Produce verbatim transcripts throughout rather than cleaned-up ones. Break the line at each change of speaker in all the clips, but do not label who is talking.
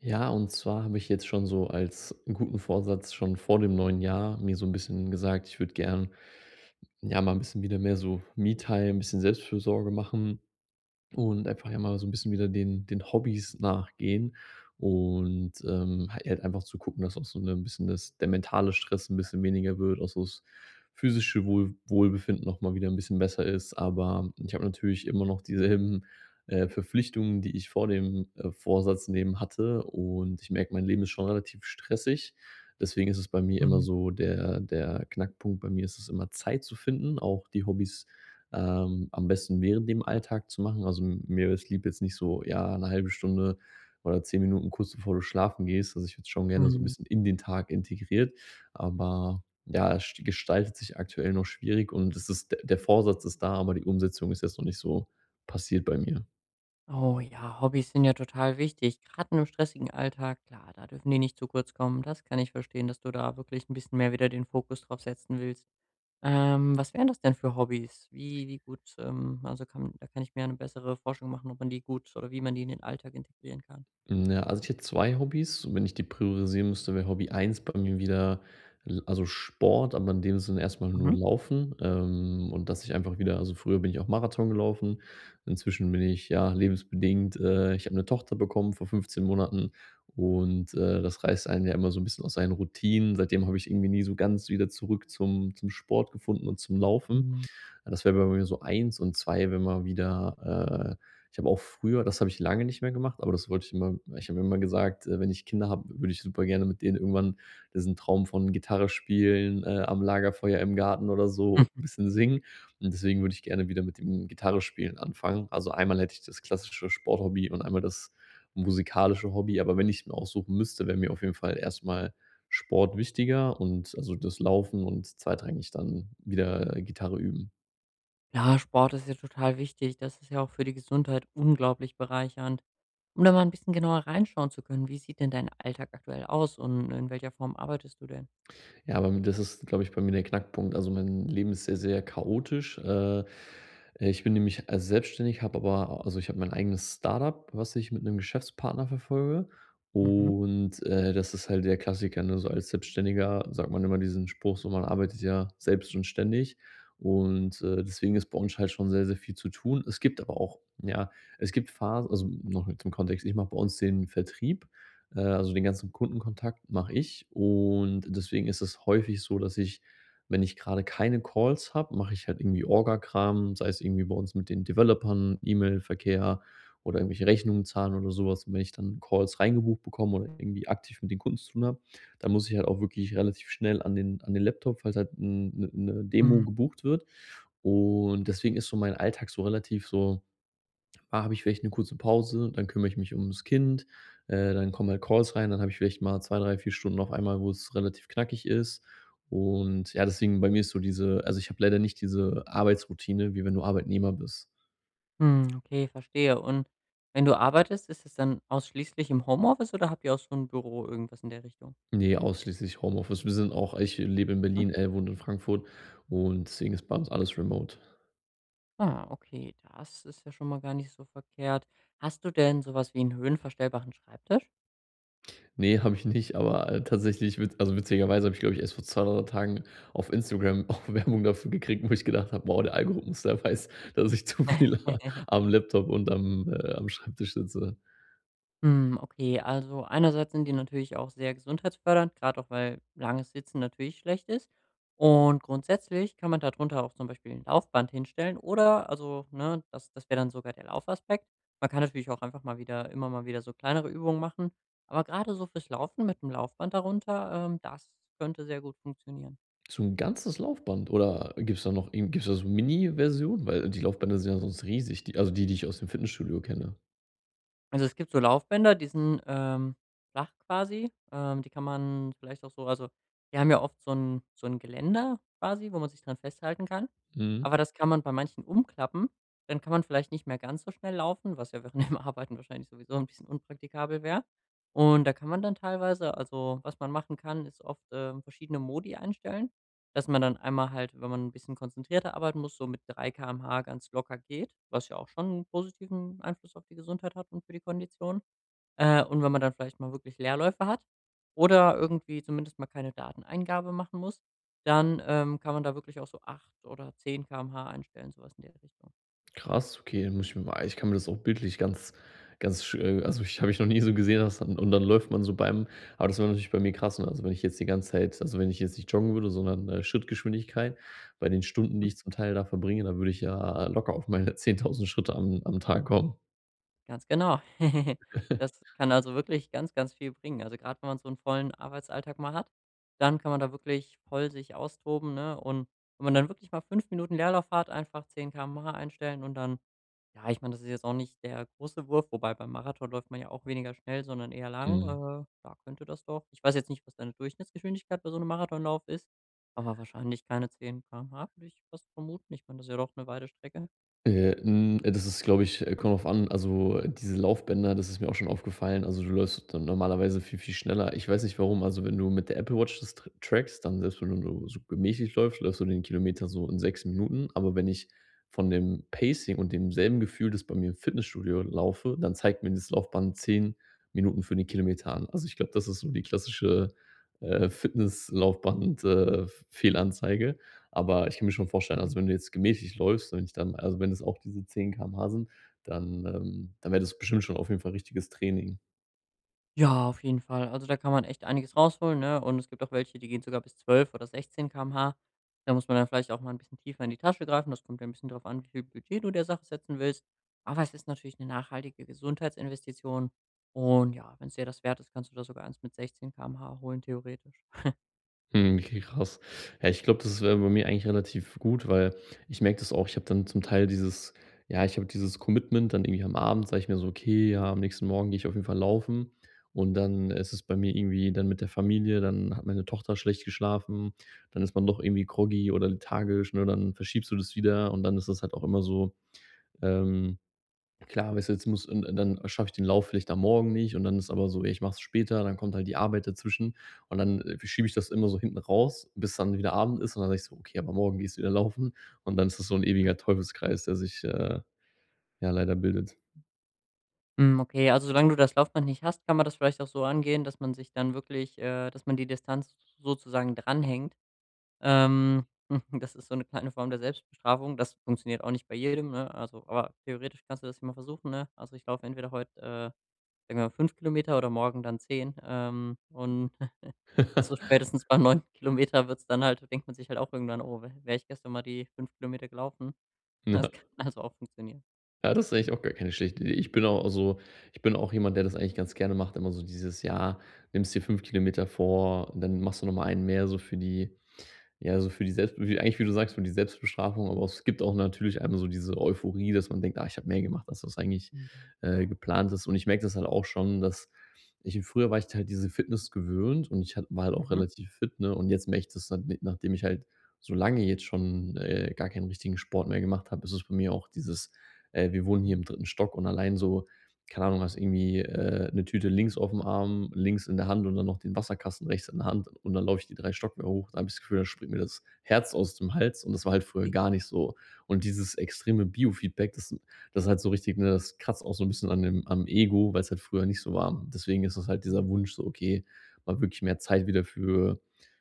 Ja, und zwar habe ich jetzt schon so als guten Vorsatz schon vor dem neuen Jahr mir so ein bisschen gesagt, ich würde gern, ja, mal ein bisschen wieder mehr so Me-Time, ein bisschen Selbstfürsorge machen. Und einfach ja mal so ein bisschen wieder den den Hobbys nachgehen und, ähm, halt einfach zu gucken, dass auch so eine- ein bisschen das der mentale Stress ein bisschen weniger wird, auch so das physische Wohl Wohlbefinden noch mal wieder ein bisschen besser ist. Aber ich habe natürlich immer noch dieselben, äh, Verpflichtungen, die ich vor dem, äh, Vorsatz nehmen hatte. Und ich merke, mein Leben ist schon relativ stressig. Deswegen ist es bei mir immer
Mhm,
so der der Knackpunkt bei mir ist es immer, Zeit zu finden, auch die Hobbys ähm, am besten während dem Alltag zu machen. Also mir ist lieb jetzt nicht so, ja, eine halbe Stunde oder zehn Minuten kurz bevor du schlafen gehst. Also, ich hätte es schon gerne so ein
mhm.
bisschen in den Tag integriert, aber ja, es st gestaltet sich aktuell noch schwierig und es ist d der Vorsatz ist da, aber die Umsetzung ist jetzt noch nicht so passiert bei mir.
Oh ja, Hobbys sind ja total wichtig, gerade in einem stressigen Alltag, klar, da dürfen die nicht zu kurz kommen. Das kann ich verstehen, dass du da wirklich ein bisschen mehr wieder den Fokus drauf setzen willst. Ähm, was wären das denn für Hobbys? Wie wie gut, ähm also, kann da kann ich mir eine bessere Forschung machen, ob man die gut oder wie man die in den Alltag integrieren kann.
Hm, ja, also ich hätte zwei Hobbys. Wenn ich die priorisieren müsste, wäre Hobby eins bei mir wieder l also Sport, aber in dem Sinne erstmal nur
Mhm.
Laufen, ähm, und dass ich einfach wieder, also früher, bin ich auch Marathon gelaufen. Inzwischen bin ich, ja, lebensbedingt, äh, ich habe eine Tochter bekommen vor fünfzehn Monaten, und, äh, das reißt einen ja immer so ein bisschen aus seinen Routinen. Seitdem habe ich irgendwie nie so ganz wieder zurück zum zum Sport gefunden und zum Laufen.
Mhm.
Das wäre bei mir so eins und zwei. Wenn man wieder äh, ich habe auch früher, das habe ich lange nicht mehr gemacht, aber das wollte ich immer, ich habe immer gesagt, äh, wenn ich Kinder habe, würde ich super gerne mit denen irgendwann diesen Traum von Gitarre spielen, äh, am Lagerfeuer im Garten oder so,
Mhm.
ein bisschen singen. Und deswegen würde ich gerne wieder mit dem Gitarre spielen anfangen. Also, einmal hätte ich das klassische Sporthobby und einmal das musikalische Hobby, aber wenn ich mir aussuchen müsste, wäre mir auf jeden Fall erstmal Sport wichtiger, und also, das Laufen, und zweitrangig dann wieder Gitarre üben.
Ja, Sport ist ja total wichtig. Das ist ja auch für die Gesundheit unglaublich bereichernd. Um da mal ein bisschen genauer reinschauen zu können, wie sieht denn dein Alltag aktuell aus und in welcher Form arbeitest du denn?
Ja, aber das ist, glaube ich, bei mir der Knackpunkt. Also mein Leben ist sehr, sehr chaotisch. Äh, ich bin nämlich äh, selbstständig, habe aber, also ich habe mein eigenes Startup, was ich mit einem Geschäftspartner verfolge.
Mhm.
Und äh, das ist halt der Klassiker. Ne? So als Selbstständiger sagt man immer diesen Spruch, so: man arbeitet ja selbst und ständig. Und äh, deswegen ist bei uns halt schon sehr, sehr viel zu tun. Es gibt aber auch, ja, es gibt Phasen. Also noch zum Kontext: ich mache bei uns den Vertrieb äh, also den ganzen Kundenkontakt mache ich, und deswegen ist es häufig so, dass ich, wenn ich gerade keine Calls habe, mache ich halt irgendwie Orga-Kram, sei es irgendwie bei uns mit den Developern, E-Mail-Verkehr oder irgendwelche Rechnungen zahlen oder sowas. Und wenn ich dann Calls reingebucht bekomme oder irgendwie aktiv mit den Kunden zu tun habe, dann muss ich halt auch wirklich relativ schnell an den, an den Laptop, falls halt eine Demo
Mhm.
gebucht wird. Und deswegen ist so mein Alltag so relativ so: ah, habe ich vielleicht eine kurze Pause, dann kümmere ich mich ums Kind, äh, dann kommen halt Calls rein, dann habe ich vielleicht mal zwei, drei, vier Stunden auf einmal, wo es relativ knackig ist. Und ja, deswegen bei mir ist so diese, also, ich habe leider nicht diese Arbeitsroutine, wie wenn du Arbeitnehmer bist.
Mhm, okay, verstehe. Und wenn du arbeitest, ist es dann ausschließlich im Homeoffice oder habt ihr auch so ein Büro, irgendwas in der Richtung?
Ne, ausschließlich Homeoffice. Wir sind auch, ich lebe in
Hm?
Berlin, er wohnt in Frankfurt, und deswegen ist bei uns alles remote.
Ah, okay, das ist ja schon mal gar nicht so verkehrt. Hast du denn sowas wie einen höhenverstellbaren Schreibtisch?
Ne, habe ich nicht, aber, äh, tatsächlich, wit also, witzigerweise, habe ich, glaube ich, erst vor zwei oder Tagen auf Instagram auch Werbung dafür gekriegt, wo ich gedacht habe: „Wow, der Algorithmus, der weiß, dass ich zu viel am Laptop und am äh, am Schreibtisch sitze.“
Hm, okay, also einerseits sind die natürlich auch sehr gesundheitsfördernd, gerade auch weil langes Sitzen natürlich schlecht ist. Und grundsätzlich kann man darunter auch zum Beispiel ein Laufband hinstellen oder, also, ne, das, das wäre dann sogar der Laufaspekt. Man kann natürlich auch einfach mal wieder, immer mal wieder so kleinere Übungen machen. Aber gerade so fürs Laufen mit dem Laufband darunter, ähm, das könnte sehr gut funktionieren.
So ein ganzes Laufband, oder gibt's da noch irgend gibt's da so mini version Weil die Laufbänder sind ja sonst riesig, die, also, die, die ich aus dem Fitnessstudio kenne.
Also, es gibt so Laufbänder, die sind, ähm, flach quasi. Ähm, die kann man vielleicht auch so also, die haben ja oft so ein so ein Geländer quasi, wo man sich dran festhalten kann.
Mhm.
Aber das kann man bei manchen umklappen. Dann kann man vielleicht nicht mehr ganz so schnell laufen, was ja während dem Arbeiten wahrscheinlich sowieso ein bisschen unpraktikabel wäre. Und da kann man dann teilweise also, was man machen kann, ist oft, ähm, verschiedene Modi einstellen. Dass man dann einmal halt, wenn man ein bisschen konzentrierter arbeiten muss, so mit drei Kilometer pro Stunde ganz locker geht, was ja auch schon einen positiven Einfluss auf die Gesundheit hat und für die Kondition. Äh, und wenn man dann vielleicht mal wirklich Leerläufe hat oder irgendwie zumindest mal keine Dateneingabe machen muss, dann, ähm, kann man da wirklich auch so acht oder zehn Kilometer pro Stunde einstellen, sowas in der Richtung.
Krass, okay, dann muss ich mir mal, ich kann mir das auch bildlich ganz ganz sch äh, also, ich habe ich noch nie so gesehen, dass dann und dann läuft man so beim, aber das wäre natürlich bei mir krass, ne? Also, wenn ich jetzt die ganze Zeit, also, wenn ich jetzt nicht joggen würde, sondern, äh, Schrittgeschwindigkeit, bei den Stunden, die ich zum Teil da verbringe, da würde ich ja locker auf meine zehntausend Schritte am am Tag kommen.
Ganz genau. Das kann also wirklich ganz, ganz viel bringen. Also gerade wenn man so einen vollen Arbeitsalltag mal hat, dann kann man da wirklich voll sich austoben, ne? Und wenn man dann wirklich mal fünf Minuten Leerlauf hat, einfach zehn Kilometer pro Stunde einstellen und dann ja, ich meine, das ist jetzt auch nicht der große Wurf, wobei beim Marathon läuft man ja auch weniger schnell, sondern eher lang.
Mhm.
Äh, da könnte das doch ich weiß jetzt nicht, was deine Durchschnittsgeschwindigkeit bei so einem Marathonlauf ist, aber wahrscheinlich keine zehn Kilometer pro Stunde, würde ich fast vermuten. Ich meine, das ist ja doch eine weite Strecke.
Äh, hm, das ist, glaube ich äh, kommt drauf an. Also, äh, diese Laufbänder, das ist mir auch schon aufgefallen. Also, du läufst dann normalerweise viel, viel schneller. Ich weiß nicht warum. Also, wenn du mit der Apple Watch das tr trackst, dann selbst wenn du so gemächlich läufst, läufst du den Kilometer so in sechs Minuten. Aber wenn ich von dem Pacing und demselben Gefühl, das bei mir im Fitnessstudio laufe, dann zeigt mir das Laufband zehn Minuten für den Kilometer an. Also, ich glaube, das ist so die klassische, äh, Fitnesslaufband äh, Fehlanzeige. Aber ich kann mir schon vorstellen, also, wenn du jetzt gemächlich läufst, wenn ich dann, also, wenn es auch diese zehn Kilometer pro Stunde sind, dann, ähm dann wäre das bestimmt schon auf jeden Fall richtiges Training.
Ja, auf jeden Fall. Also, da kann man echt einiges rausholen, ne? Und es gibt auch welche, die gehen sogar bis zwölf oder sechzehn Kilometer pro Stunde. Da muss man dann vielleicht auch mal ein bisschen tiefer in die Tasche greifen. Das kommt ja 'n bisschen drauf an, wie viel Budget du der Sache setzen willst. Aber es ist natürlich eine nachhaltige Gesundheitsinvestition. Und ja, wenn es dir das wert ist, kannst du da sogar eins mit sechzehn Kilometer pro Stunde holen, theoretisch.
Mhm, okay, krass. Ja, ich glaube, das wäre bei mir eigentlich relativ gut, weil ich merke das auch, ich habe dann zum Teil dieses, ja, ich habe dieses Commitment dann irgendwie am Abend, sage ich mir so: „Okay, ja, am nächsten Morgen gehe ich auf jeden Fall laufen.“ Und dann ist es bei mir irgendwie dann mit der Familie, dann hat meine Tochter schlecht geschlafen, dann ist man doch irgendwie groggy oder lethargisch, ne? Dann verschiebst du das wieder und dann ist das halt auch immer so, ähm klar, weißt du, jetzt muss, und dann schaffe ich den Lauf vielleicht am Morgen nicht und dann ist aber so: „Ey, ich mache es später“, dann kommt halt die Arbeit dazwischen und dann, äh, schiebe ich das immer so hinten raus, bis dann wieder Abend ist und dann sage ich so: „Okay, aber morgen gehst du wieder laufen“, und dann ist das so ein ewiger Teufelskreis, der sich, äh, ja, leider bildet.
Hm, okay, also solange du das Laufband nicht hast, kann man das vielleicht auch so angehen, dass man sich dann wirklich äh, dass man die Distanz sozusagen dranhängt. Ähm, Das ist so eine kleine Form der Selbstbestrafung. Das funktioniert auch nicht bei jedem, ne? Also, aber theoretisch kannst du das ja mal versuchen, ne? Also, ich laufe entweder heute äh, sagen wir mal fünf Kilometer oder morgen dann zehn. ähm, und so spätestens beim neunten. Kilometer wird's dann halt denkt man sich halt auch irgendwann: „Oh, wäre ich gestern mal die fünf Kilometer gelaufen?"
Ja.
Das kann also auch funktionieren.
Ja, das ist eigentlich auch gar keine schlechte Idee. Ich bin auch so, ich bin auch jemand, der das eigentlich ganz gerne macht, immer so dieses: Jahr, nimmst dir fünf Kilometer vor, dann machst du noch mal einen mehr, so für die, ja, so für die Selbst wie eigentlich, wie du sagst, für die Selbstbestrafung, aber es gibt auch natürlich einmal so diese Euphorie, dass man denkt: „Ah, ich habe mehr gemacht, als das eigentlich,
Mhm.
äh, geplant ist.“ Und ich merke das halt auch schon, dass, ich früher war ich halt diese Fitness gewöhnt und ich hat war halt auch
Mhm.
relativ fit, ne? Und jetzt merke ich das halt, nachdem ich halt so lange jetzt schon, äh, gar keinen richtigen Sport mehr gemacht habe, ist es bei mir auch dieses, äh, wir wohnen hier im dritten Stock, und allein so, keine Ahnung, hast irgendwie, äh, 'ne Tüte links auf dem Arm, links in der Hand, und dann noch den Wasserkasten rechts in der Hand, und dann laufe ich die drei Stockwerke hoch. Da habe ich das Gefühl, da springt mir das Herz aus dem Hals, und das war halt früher
Wie?
gar nicht so. Und dieses extreme Biofeedback, das das ist halt so richtig, ne, das kratzt auch so ein bisschen an dem am Ego, weil es halt früher nicht so war. Deswegen ist das halt dieser Wunsch so: „Okay, mal wirklich mehr Zeit wieder für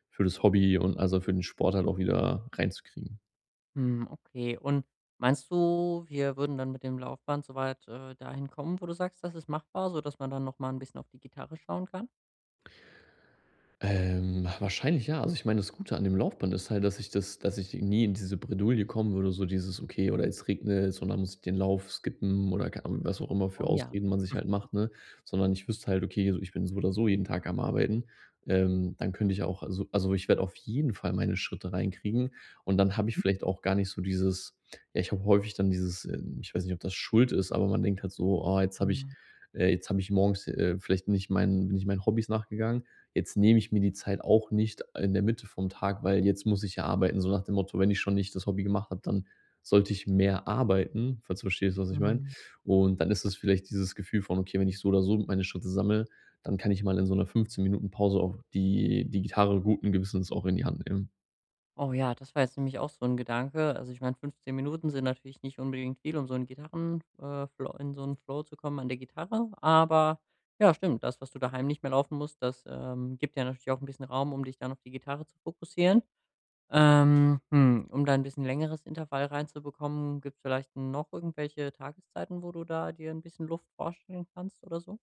für das Hobby und, also, für den Sport halt auch wieder reinzukriegen.“
Hm, okay. Und meinst du, wir würden dann mit dem Laufband soweit äh, dahin kommen, wo du sagst, das ist machbar, sodass man dann noch mal 'n bisschen auf die Gitarre schauen kann?
Ähm, wahrscheinlich ja. Also ich meine, das Gute an dem Laufband ist halt, dass ich das dass ich nie in diese Bredouille kommen würde, so dieses: „Okay, oder jetzt regnet es, und dann muss ich den Lauf skippen“, oder keine Ahnung, was auch immer für
Oh ja.
Ausreden man sich halt macht, ne? Sondern ich wüsste halt: „Okay, so ich bin so oder so jeden Tag am Arbeiten.“ Ähm, dann könnte ich auch also also, ich werde auf jeden Fall meine Schritte reinkriegen, und dann habe ich
Mhm.
vielleicht auch gar nicht so dieses, ja, ich habe häufig dann dieses, ähm ich weiß nicht, ob das Schuld ist, aber man denkt halt so: „Oh, jetzt habe ich
Mhm,
äh, jetzt habe ich morgens, äh, vielleicht nicht meinen bin ich meinen Hobbys nachgegangen“, jetzt nehme ich mir die Zeit auch nicht in der Mitte vom Tag, weil jetzt muss ich ja arbeiten. So nach dem Motto: wenn ich schon nicht das Hobby gemacht habe, dann sollte ich mehr arbeiten, falls du verstehst, was ich meine.
mhm.
Und dann ist es vielleicht dieses Gefühl von, okay, wenn ich so oder so meine Schritte sammle, dann kann ich mal in so einer fünfzehn Minuten Pause auch die, die Gitarre guten Gewissens auch in die Hand nehmen.
Oh ja, das war jetzt nämlich auch so ein Gedanke. Also, ich meine, fünfzehn Minuten sind natürlich nicht unbedingt viel, um so 'n Gitarren äh, Flow in so 'n Flow zu kommen an der Gitarre. Aber ja, stimmt, das, was du daheim nicht mehr laufen musst, das, ähm, gibt ja natürlich auch ein bisschen Raum, um dich dann auf die Gitarre zu fokussieren. Ähm, hm, um da ein bisschen längeres Intervall reinzubekommen, gibt's vielleicht noch irgendwelche Tageszeiten, wo du da dir ein bisschen Luft vorstellen kannst oder so?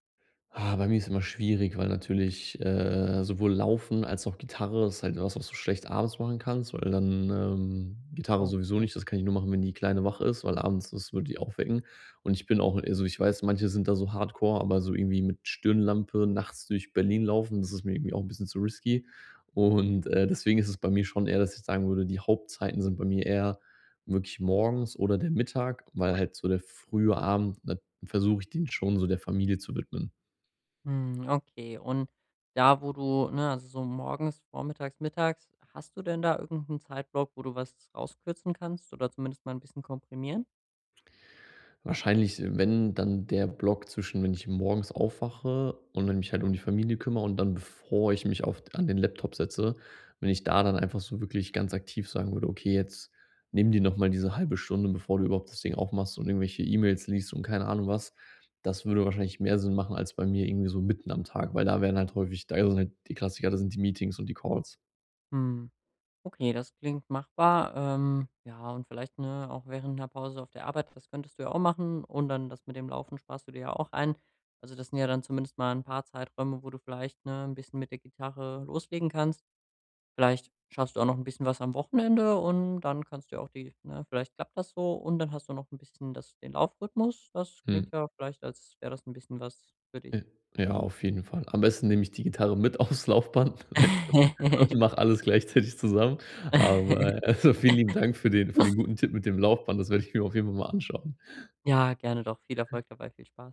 Ah, bei mir ist immer schwierig, weil natürlich, äh, sowohl Laufen als auch Gitarre ist halt was, was du schlecht abends machen kannst, weil dann, ähm Gitarre
Okay.
sowieso nicht, das kann ich nur machen, wenn die Kleine wach ist, weil abends das würde die aufwecken. Und ich bin auch, also, ich weiß, manche sind da so hardcore, aber so irgendwie mit Stirnlampe nachts durch Berlin laufen, das ist mir irgendwie auch ein bisschen zu risky. Und, äh, deswegen ist es bei mir schon eher, dass ich sagen würde, die Hauptzeiten sind bei mir eher wirklich morgens oder der Mittag, weil halt so der frühe Abend, da versuche ich den schon so der Familie zu widmen.
Hm, okay. Und da, wo du ne, also so morgens, vormittags, mittags, hast du denn da irgendeinen Zeitblock, wo du was rauskürzen kannst oder zumindest mal ein bisschen komprimieren?
Wahrscheinlich, wenn, dann der Block zwischen, wenn ich morgens aufwache und dann mich halt um die Familie kümmere und dann, bevor ich mich auf an den Laptop setze, wenn ich da dann einfach so wirklich ganz aktiv sagen würde: „Okay, jetzt nimm dir noch mal diese halbe Stunde, bevor du überhaupt das Ding aufmachst und irgendwelche E-Mails liest und keine Ahnung was.“ Das würde wahrscheinlich mehr Sinn machen als bei mir irgendwie so mitten am Tag, weil da werden halt häufig, da sind halt die Klassiker, da sind die Meetings und die Calls.
Mhm. Okay, das klingt machbar. Ähm, ja, und vielleicht, ne, auch während einer Pause auf der Arbeit, das könntest du ja auch machen. Und dann das mit dem Laufen sparst du dir ja auch ein. Also, das sind ja dann zumindest mal ein paar Zeiträume, wo du vielleicht, ne, ein bisschen mit der Gitarre loslegen kannst. Vielleicht schaffst du auch noch ein bisschen was am Wochenende und dann kannst du ja auch die ne, vielleicht klappt das so und dann hast du noch ein bisschen das den Laufrhythmus. Das klingt
Mhm.
ja vielleicht, als wäre das ein bisschen was für dich.
J Ja, auf jeden Fall. Am besten nehme ich die Gitarre mit aufs Laufband. Nein, Spaß. Und mache alles gleichzeitig zusammen. Aber äh, also, vielen lieben Dank für den für den guten Tipp mit dem Laufband. Das werde ich mir auf jeden Fall mal anschauen.
Ja, gerne doch. Viel Erfolg dabei, viel Spaß.